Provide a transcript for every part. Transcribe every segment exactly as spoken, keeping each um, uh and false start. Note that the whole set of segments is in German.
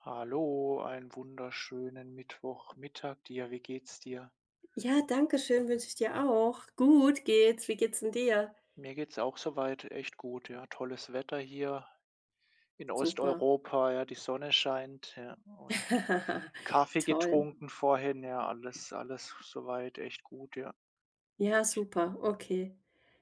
Hallo, einen wunderschönen Mittwochmittag dir. Wie geht's dir? Ja, danke schön, wünsche ich dir auch. Gut geht's. Wie geht's denn dir? Mir geht's auch soweit echt gut, ja. Tolles Wetter hier in Super. Osteuropa, ja, die Sonne scheint, ja, und Kaffee Toll. getrunken vorhin, ja, alles alles soweit echt gut, ja. Ja, super. Okay.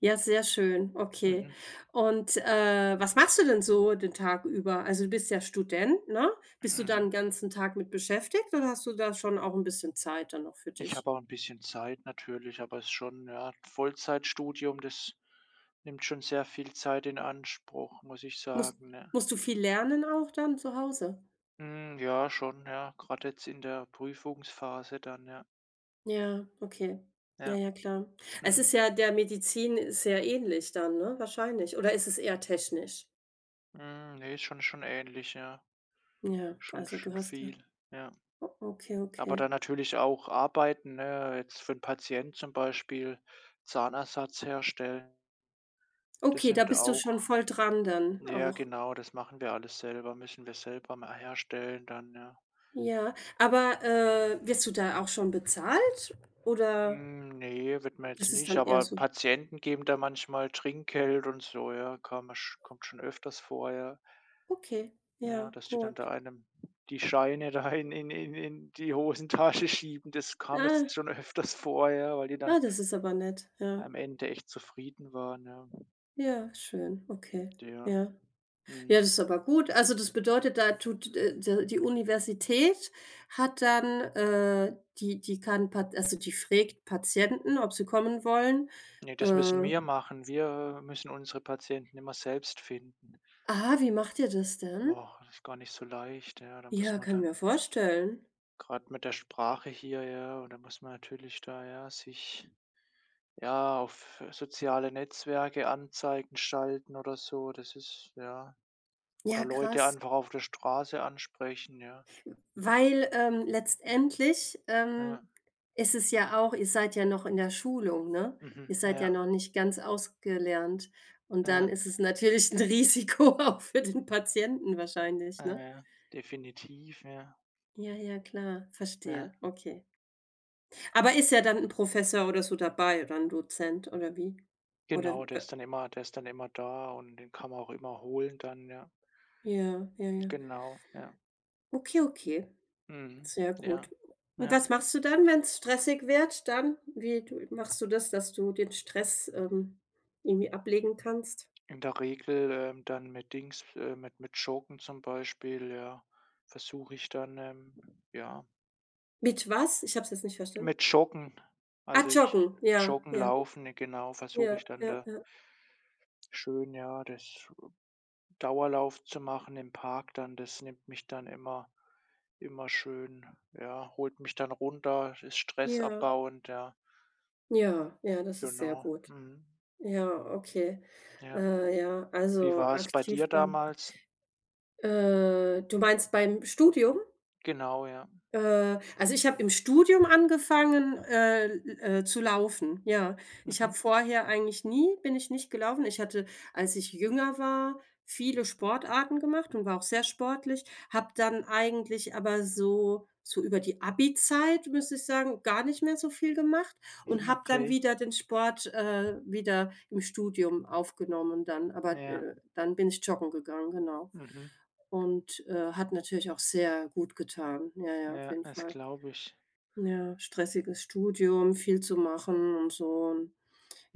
Ja, sehr schön. Okay. Mhm, Und, äh, was machst du denn so den Tag über? Also, du bist ja Student, ne? Bist du da 'n mhm. ganzen Tag mit beschäftigt oder hast du da schon auch ein bisschen Zeit dann noch für Ich dich? habe auch ein bisschen Zeit natürlich, aber es ist schon, ja, Vollzeitstudium, das nimmt schon sehr viel Zeit in Anspruch, muss ich Musst sagen, ne? musst du viel lernen auch dann zu Hause? Hm, ja, schon, ja, gerade jetzt in der Prüfungsphase dann, ja. Ja, okay. Ja, Ja. ja, klar. Es ist Mhm. ja der Medizin ist sehr ähnlich dann, ne, wahrscheinlich. Oder ist es eher technisch? Hm, ne, ist schon schon ähnlich, ja. Ja, Schon also du schon hast da viel, ja. o okay, Aber okay. dann natürlich auch Arbeiten, ne, jetzt für den Patienten zum Beispiel Zahnersatz herstellen, das Okay, da nimmt bist du schon auch, voll dran dann ja, auch. genau, das machen wir alles selber, müssen wir selber mal herstellen dann, ja. Ja, aber, äh, wirst du da auch schon bezahlt oder Hm, ne, wird man jetzt das ist nicht, dann eher aber so Patienten geben da manchmal Trinkgeld und so, ja, kam kommt schon öfters vor, ja. okay, Ja, ja, dass die dann da gut. einem die Scheine da in in in in die Hosentasche schieben, das kam Ah, jetzt schon öfters vor, ja, weil die dann ah, das ist aber nett, ja. am Ende echt zufrieden waren, ja. Ja, schön, okay, Ja, ja. mhm. Ja, das ist aber gut. Also, das bedeutet, da tut, äh, d die Universität hat dann, äh die die kann Pat also, die fragt Patienten, ob sie kommen wollen, Ne, das müssen äh wir machen. Wir müssen unsere Patienten immer selbst finden. Ah, wie macht ihr das denn? Boah, das ist gar nicht so leicht, ja. Da muss Ja, man kann mir dann vorstellen. gerade mit der Sprache hier, ja, und da muss man natürlich da, ja, sich, ja, auf soziale Netzwerke Anzeigen schalten oder so. Das ist ja. Ja, Oder Leute krass. einfach auf der Straße ansprechen, ja. Weil, ähm, letztendlich, ähm, Ja, ist es ja auch ihr seid ja noch in der Schulung, ne? mhm, Ihr seid ja noch ja, nicht ganz ausgelernt und dann ja, ist es natürlich ein Risiko auch für den Patienten wahrscheinlich, ja, ne? ja, definitiv, ja, Ja, ja, klar, verstehe, ja. okay. Aber ist ja dann ein Professor oder so dabei oder 'n Dozent oder wie? Oder Genau, der ist dann immer der ist dann immer da und den kann man auch immer holen dann, ja. ja, ja, ja. Genau, ja. Okay, okay. Mhm, Sehr gut. ja, Und ja. was machst du dann, wenn es stressig wird dann? Wie du machst du das, dass du den Stress, ähm, irgendwie ablegen kannst? In der Regel, ähm, dann mit Dings äh, mit mit Joggen zum Beispiel, ja, versuche ich dann, ähm, ja, Mit was? Ich habe es jetzt nicht verstanden. mit Joggen. Ah, Also, ich joggen. Ja, Joggen, ja, Laufen, ne, genau, versuche ja, ich dann ja, da schön, ja, das Dauerlauf zu machen im Park dann, das nimmt mich dann immer immer schön, ja, holt mich dann runter, ist ja, ja, stressabbauend, ja, ja, ja, das ist sehr genau. gut. Mhm. Ja, okay. Ja. Äh, ja, Wie also war es bei dir aktiv bleiben. damals? Äh, du meinst beim Studium? Genau, ja. Äh, also, ich habe im Studium angefangen, äh, äh, zu laufen, ja. Ich habe Mhm. vorher eigentlich nie bin ich nicht gelaufen. Ich hatte, als ich jünger war, viele Sportarten gemacht und war auch sehr sportlich, habe dann eigentlich aber so so über die Abi-Zeit, müsste ich sagen, gar nicht mehr so viel gemacht und habe dann Okay. wieder den Sport, äh, wieder im Studium aufgenommen dann. Aber, Ja. äh, dann bin ich joggen gegangen, genau. Mhm. Und, äh, hat natürlich auch sehr gut getan. Ja, ja, auf Ja, jeden das Fall. glaube ich. Ja, stressiges Studium, viel zu machen und so. Und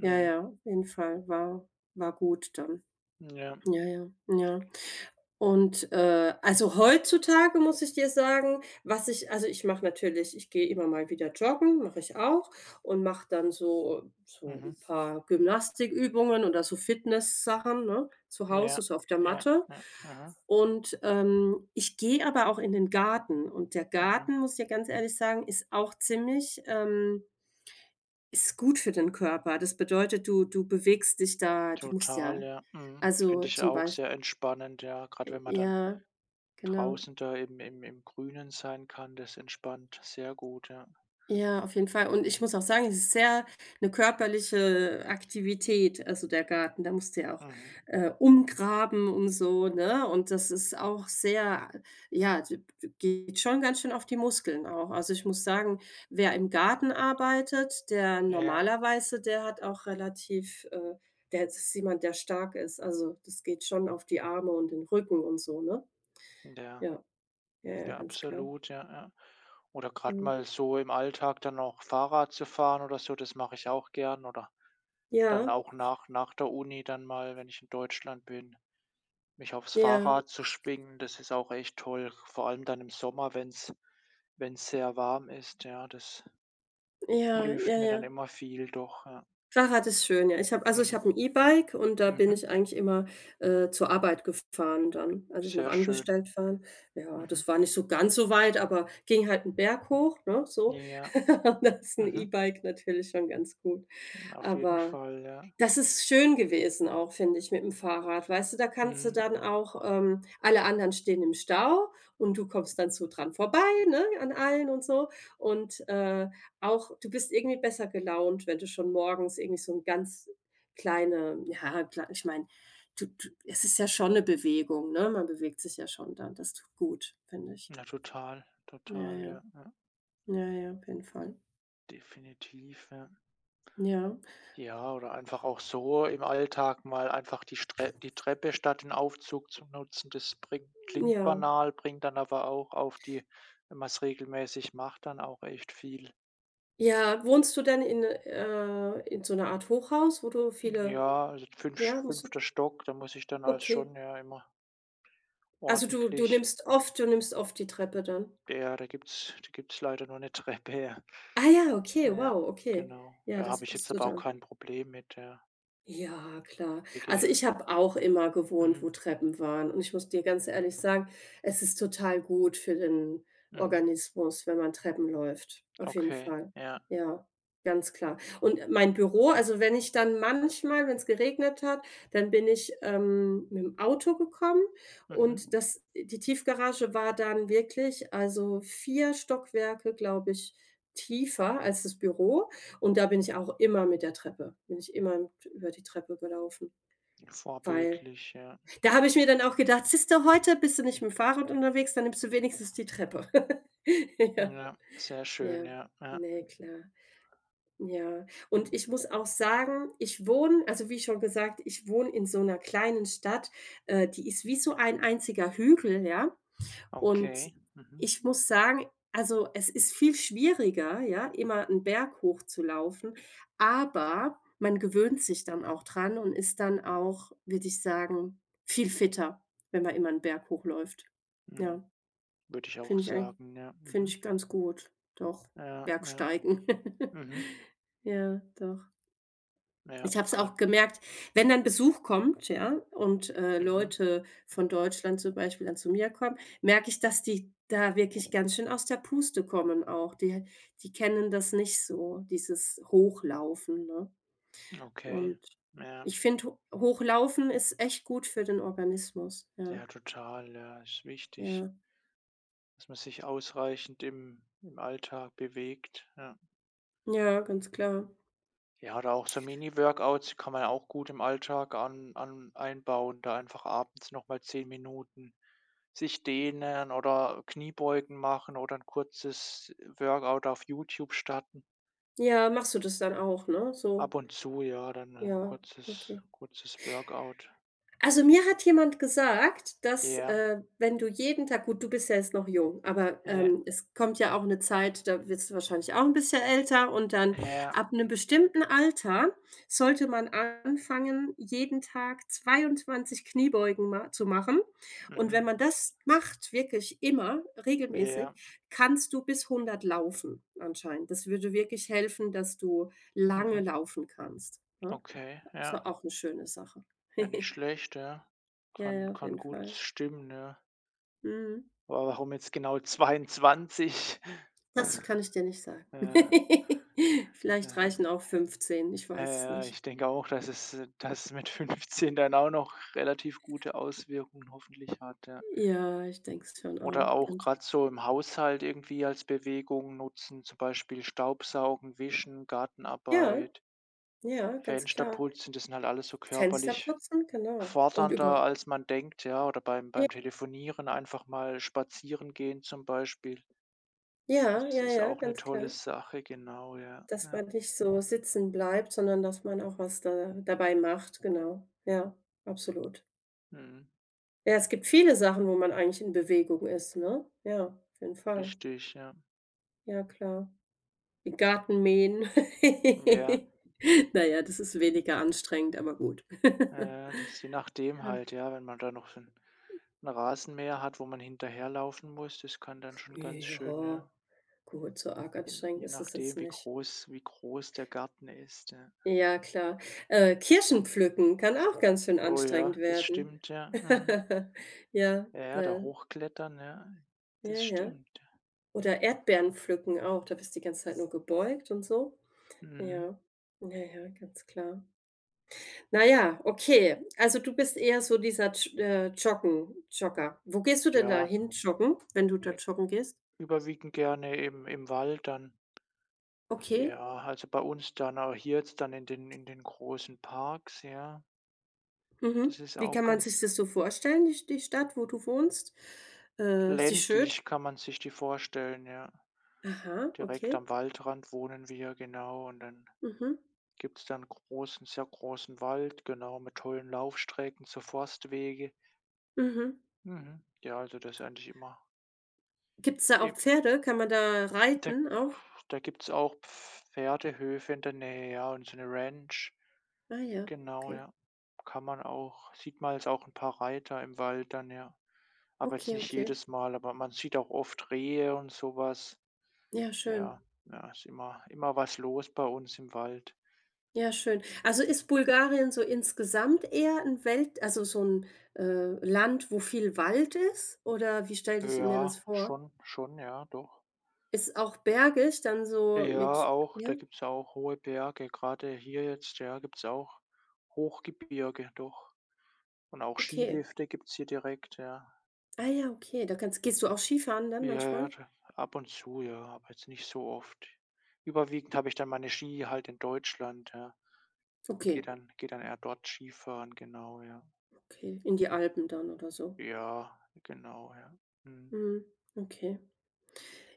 ja, ja, auf jeden Fall war war gut dann. Ja. Ja, ja, ja. Und, äh, also, heutzutage muss ich dir sagen, was ich also, ich mache natürlich ich gehe immer mal wieder joggen, mache ich auch und mache dann so so Mhm. ein paar Gymnastikübungen oder so Fitness-Sachen, ne, zu Hause, Ja. so auf der Ja. Matte. Ja. Mhm. Und, ähm, ich gehe aber auch in den Garten und der Mhm. Garten, muss ich dir ganz ehrlich sagen, ist auch ziemlich ähm, ist gut für den Körper. Das bedeutet, du du bewegst dich da du musst ja Total, ja. Mhm. also, Finde ich zum auch sehr Beispiel entspannend, ja, gerade wenn man dann ja, genau. draußen da im im im Grünen sein kann, das entspannt sehr gut, ja. Ja, auf jeden Fall. Und ich muss auch sagen, es ist sehr eine körperliche Aktivität, also der Garten. Da musst du ja auch, Mhm. äh, umgraben und so, ne? Und das ist auch sehr ja, d d geht schon ganz schön auf die Muskeln auch. Also, ich muss sagen, wer im Garten arbeitet, der Ja, normalerweise der hat auch relativ, äh der ist jemand, der stark ist. Also, das geht schon auf die Arme und den Rücken und so, ne? ja, Ja, ja, ja, ja, ganz klar. absolut, ja, ja. Oder gerade Mhm. mal so im Alltag dann auch Fahrrad zu fahren oder so, das mache ich auch gern, oder dann Ja, auch nach nach der Uni dann mal, wenn ich in Deutschland bin, mich aufs ja, Fahrrad zu schwingen, das ist auch echt toll, vor allem dann im Sommer, wenn's wenn's sehr warm ist, ja, das ja, ja, hilft mir ja. dann immer viel doch, ja. Fahrrad ist schön, ja. Ich habe also, ich Mhm, habe 'n E-Bike und da bin mhm, ich eigentlich immer, äh, zur Arbeit gefahren dann, als ich noch sehr schön. angestellt war. Ja, Mhm, das war nicht so ganz so weit, aber ging halt 'n Berg hoch, ne, so. ja. Und da ist 'n Mhm. E-Bike natürlich schon ganz gut. Auf jeden Aber Fall, ja. das ist schön gewesen auch, finde ich, mit dem Fahrrad. Weißt du, da kannst du Mhm. dann auch ähm, alle anderen stehen im Stau und du kommst dann so dran vorbei, ne, an allen und so. Und, äh, auch du bist irgendwie besser gelaunt, wenn du schon morgens irgendwie so ein ganz kleine ja, klar, ich meine, du du es ist ja schon eine Bewegung, ne? Man bewegt sich ja schon dann. Das tut gut, finde ich. Ja, total, Ja, total, ja. ja, ja, Ja, ja, auf jeden Fall. definitiv, ja. Ja, Ja, oder einfach auch so im Alltag mal einfach die Stre die Treppe statt den Aufzug zu nutzen. Das bringt, klingt ja. banal, bringt dann aber auch auf die, wenn man's regelmäßig macht, dann auch echt viel. Ja, wohnst du denn in, äh in so 'ner Art Hochhaus, wo du viele Ja, also fünf ja, musst du fünfter Stock, da muss ich dann als okay. schon ja immer Also, du du ordentlich, nimmst oft du nimmst oft die Treppe dann? ja, da gibt's da gibt's leider nur eine Treppe, ja. Ah ja, okay, Ja, wow, okay. genau. Ja, Ja, habe das ich musst jetzt du aber auch dann kein Problem mit der Ja, klar. W G. Also, ich habe auch immer gewohnt, Mhm, wo Treppen waren und ich muss dir ganz ehrlich sagen, es ist total gut für den mhm. Organismus, wenn man Treppen läuft, auf jeden Okay, Fall. ja. Ja, ganz klar. Und mein Büro also, wenn ich dann manchmal, wenn es geregnet hat, dann bin ich, ähm, mit dem Auto gekommen und Mhm. das die Tiefgarage war dann wirklich, also, vier Stockwerke, glaube ich, tiefer als das Büro und da bin ich auch immer mit der Treppe bin ich immer über die Treppe gelaufen, weil Vorbildlich, ja. da habe ich mir dann auch gedacht: „Siehst du, heute bist du nicht mit'm Fahrrad unterwegs, dann nimmst du wenigstens die Treppe.“ Ja, Ja, sehr schön, ja. ja, ja. Ne, klar. Ja, und ich muss auch sagen, ich wohne also, wie schon gesagt, ich wohne in so einer kleinen Stadt, äh, die ist wie so ein einziger Hügel, ja? Und Okay. Mhm, ich muss sagen, also, es ist viel schwieriger, ja, immer einen Berg hochzulaufen, aber man gewöhnt sich dann auch dran und ist dann auch, würde ich sagen, viel fitter, wenn man immer einen Berg hochläuft. mhm. Ja, Würde ich auch finde ich eigen sagen, ja. finde Mhm. ich ganz gut, doch, Ja, ja. Bergsteigen. Mhm. Ja, doch. Ja, Ich habe es auch kann. gemerkt, wenn dann Besuch kommt, ja, und, äh, Mhm. Leute von Deutschland zum Beispiel dann zu mir kommen, merke ich, dass die da wirklich ganz schön aus der Puste kommen auch. Die die kennen das nicht so, dieses Hochlaufen, ne? Okay. Und Ja, ich finde, Hochlaufen ist echt gut für den Organismus. Ja, ja, total, ja. Ist wichtig, ja, dass man sich ausreichend im im Alltag bewegt, ja. ja, ganz klar. Ja, oder auch so Mini-Workouts kann man ja auch gut im Alltag an an einbauen, da einfach abends noch mal zehn Minuten sich dehnen oder Kniebeugen machen oder ein kurzes Workout auf YouTube starten. Ja, machst du das dann auch, ne? So, Ab und zu, ja, dann ein ja, kurzes okay. kurzes Workout. Also, mir hat jemand gesagt, dass, Ja, äh, wenn du jeden Tag gut, du bist ja jetzt noch jung, aber, ja, ähm, es kommt ja auch eine Zeit, da wirst du wahrscheinlich auch ein bisschen älter und dann ja, ab einem bestimmten Alter sollte man anfangen, jeden Tag zweiundzwanzig Kniebeugen ma zu machen. Und mhm, wenn man das macht, wirklich immer regelmäßig, ja, kannst du bis hundert laufen anscheinend. Das würde wirklich helfen, dass du lange mhm, laufen kannst, ne? okay, Das Ist ja. doch auch eine schöne Sache. Ja, nicht schlecht, ja. Ja, ja, Kann auf kann jeden gut Fall. stimmen, ja. Mhm. Aber warum jetzt genau zweiundzwanzig? Das kann ich dir nicht sagen. Ja. Vielleicht Ja. reichen auch fünfzehn, ich weiß es Äh, nicht. Ich denke auch, dass es äh, dass es mit fünfzehn dann auch noch relativ gute Auswirkungen hoffentlich hat, ja. Ja, ich denke es schon auch. Oder auch Ganz gerade so im Haushalt irgendwie als Bewegung nutzen, zum Beispiel Staubsaugen, Wischen, ja, Gartenarbeit, ja, ganz Fenster klar. putzen, das sind halt alles so Fenster körperlich putzen, genau. Und fordernder, über als man denkt, ja. Oder beim ja, beim Telefonieren einfach mal spazieren gehen zum Beispiel. ja, Das ja, ist ja, auch eine ganz tolle klar. Sache, genau, ja. Dass Ja. man nicht so sitzen bleibt, sondern dass man auch was da dabei macht, genau. Ja, absolut. Mhm. Ja, es gibt viele Sachen, wo man eigentlich in Bewegung ist, ne? Ja, auf jeden Fall. Richtig, ja. Ja, klar. Gartenmähen. Ja. Na ja, das ist weniger anstrengend, aber gut. Ja, ja, das ist je nachdem Ja. halt, ja, wenn man da noch so 'n 'n Rasenmäher hat, wo man hinterherlaufen muss, das kann dann schon ganz Ja, schön, ja, gut, so arg je anstrengend je ist es nachdem, jetzt wie nicht. groß wie groß der Garten ist, ja. Ja, klar. Äh, Kirschen pflücken kann auch ganz schön Oh anstrengend ja, das werden. stimmt, ja, mhm. Ja, Ja, ja, da da hochklettern, ja, ja, das ja. stimmt, ja. Oder Erdbeeren pflücken auch, da bist du die ganze Zeit nur gebeugt und so. Mhm. Ja. Ja, ja, ganz klar. Na ja, okay. Also, du bist eher so dieser J äh, Joggen Jogger. Wo gehst du denn da Ja, hin joggen, wenn du da äh, joggen gehst? überwiegend gerne im im Wald dann. Okay, Ja, also, bei uns dann auch hier jetzt dann in den in den großen Parks, ja. mhm. Das ist Wie auch kann man sich ganz das so vorstellen, die die Stadt, wo du wohnst? Äh, ist die schön? ländlich, kann man sich die vorstellen, ja. Aha, Direkt okay. am Waldrand wohnen wir, genau, und dann Mhm, gibt's da 'n großen, sehr großen Wald, genau, mit tollen Laufstrecken, zu Forstwege. mhm. Mhm. Ja, also das ist eigentlich immer Gibt's da auch e Pferde? Kann man da da reiten auch? da gibt's auch Pferdehöfe in der Nähe, ja, und so eine Ranch. Ah ja, Genau, okay. ja. Kann man auch, sieht man jetzt auch ein paar Reiter im Wald dann, ja. Aber jetzt Okay, nicht okay. jedes Mal, aber man sieht auch oft Rehe und sowas. Ja, schön. Ja, ja, ist immer immer was los bei uns im Wald. Ja, schön. Also ist Bulgarien so insgesamt eher ein Welt also so ein äh, Land, wo viel Wald ist? Oder wie stelle ich mir das Ja, vor? schon, schon, ja, doch. Ist auch bergig dann so Ja, mit auch, ja? da gibt's ja auch hohe Berge. Gerade hier jetzt, ja, gibt's auch Hochgebirge, doch. Und auch Okay. Skilifte gibt's hier direkt, ja. Ah ja, okay, da kannst gehst du auch Skifahren dann Ja, ja, manchmal? da ab und zu, ja, aber jetzt nicht so oft. Überwiegend habe ich dann meine Ski halt in Deutschland, ja. Gehe Okay, dann gehe dann eher dort Skifahren, genau, ja. okay, in die Alpen dann oder so. Ja, genau, ja. Mhm. Mhm, okay.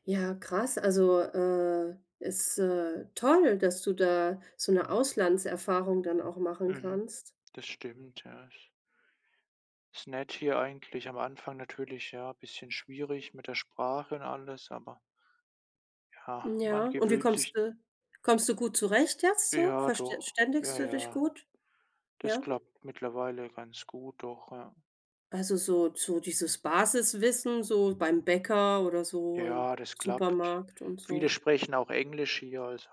Ja, krass. Also, äh, ist, äh, toll, dass du da so eine Auslandserfahrung dann auch machen Mhm. kannst. Das stimmt, ja. Ist nett hier eigentlich. Am Anfang natürlich, ja, bisschen schwierig mit der Sprache und alles, aber ja, man Ja, und wie gewöhnt kommst sich, du kommst du gut zurecht jetzt so? ja, doch. Verständigst Ja, du dich ja. gut? Das Ja? klappt mittlerweile ganz gut, doch, ja. Also so so dieses Basiswissen, so beim Bäcker oder so im Ja, das klappt. Supermarkt und so. Viele sprechen auch Englisch hier, also.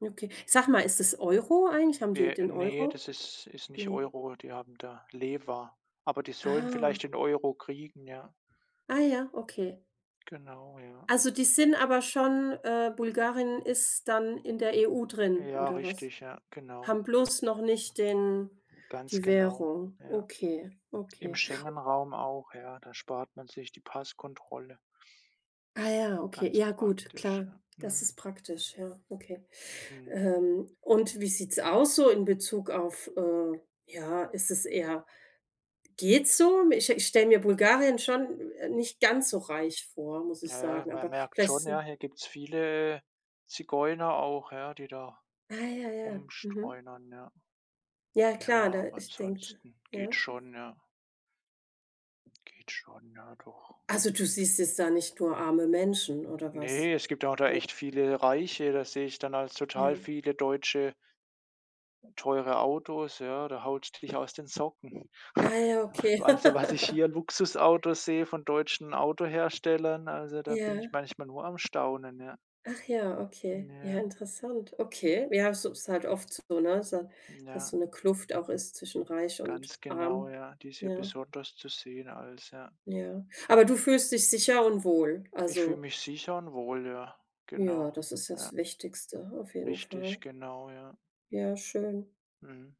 Okay. Sag mal, ist das Euro eigentlich? Haben die Nee, den nee, Euro? das ist ist nicht Ne. Euro, die haben da Lewa. Aber die sollen vielleicht Ah. den Euro kriegen, ja. Ah ja, okay. Genau, ja. Also die sind aber schon äh, Bulgarien ist dann in der E U drin Ja, oder was? richtig, ja, genau. Haben bloß noch nicht den Ganz die genau, Währung. ja. Okay, Im okay. Schengen-Raum auch, ja, da spart man sich die Passkontrolle. Ah ja, okay. Ganz Ja gut, praktisch, klar. ja. Das Mhm, ist praktisch, ja, okay. mhm. Ähm, und wie sieht's aus so in Bezug auf, äh ja, ist es eher geht's so? Ich ich stelle mir Bulgarien schon, äh, nicht ganz so reich vor, muss ich Ja, ja, sagen, man aber merkt vielleicht schon, ist ja, 'n hier gibt's viele Zigeuner auch, ja, die da ah ja, ja, mhm. rumstreunern, ja. Ja Ja, klar, da aber ich denke ansonsten geht ja? schon, ja. Geht schon, ja, doch. Also, du siehst jetzt da nicht nur arme Menschen oder was? Ne, es gibt auch da echt viele Reiche, das sehe ich dann, als total Ja. viele Deutsche, teure Autos, ja, da haut's dich aus den Socken. Ah ja, okay. Also, was ich hier Luxusautos sehe von deutschen Autoherstellern, also, da bin ich Ja. manchmal nur am Staunen, ja. Ach ja, okay. Ja, Ja, interessant. Okay. Ja, es ist halt oft so, ne, so dass ja, so eine Kluft auch ist zwischen reich und ganz genau, arm. ja. Die ist hier Ja, besonders zu sehen als, ja. ja. Aber du fühlst dich sicher und wohl. Ich fühle Also, mich sicher und wohl, ja, ja, genau. das ist das Ja, Wichtigste auf jeden Fall. richtig, genau, ja. Ja, schön. Mhm.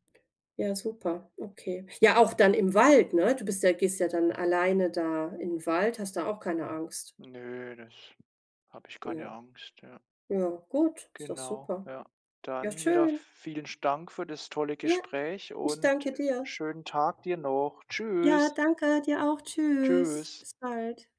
Ja, super. Okay. Ja, auch dann im Wald, ne? Du bist ja gehst ja dann alleine da in den Wald, hast da auch keine Angst? Nö, das, habe ich keine Ne. Angst, ja. Ja, gut, ist doch Genau, super. ja. Ja, Dann wieder schön. vielen Dank für das tolle Ja, Gespräch ich und danke äh, dir. schönen Tag dir noch. Ja, Tschüss. danke, dir auch. Tschüss. Tschüss. Bis bald.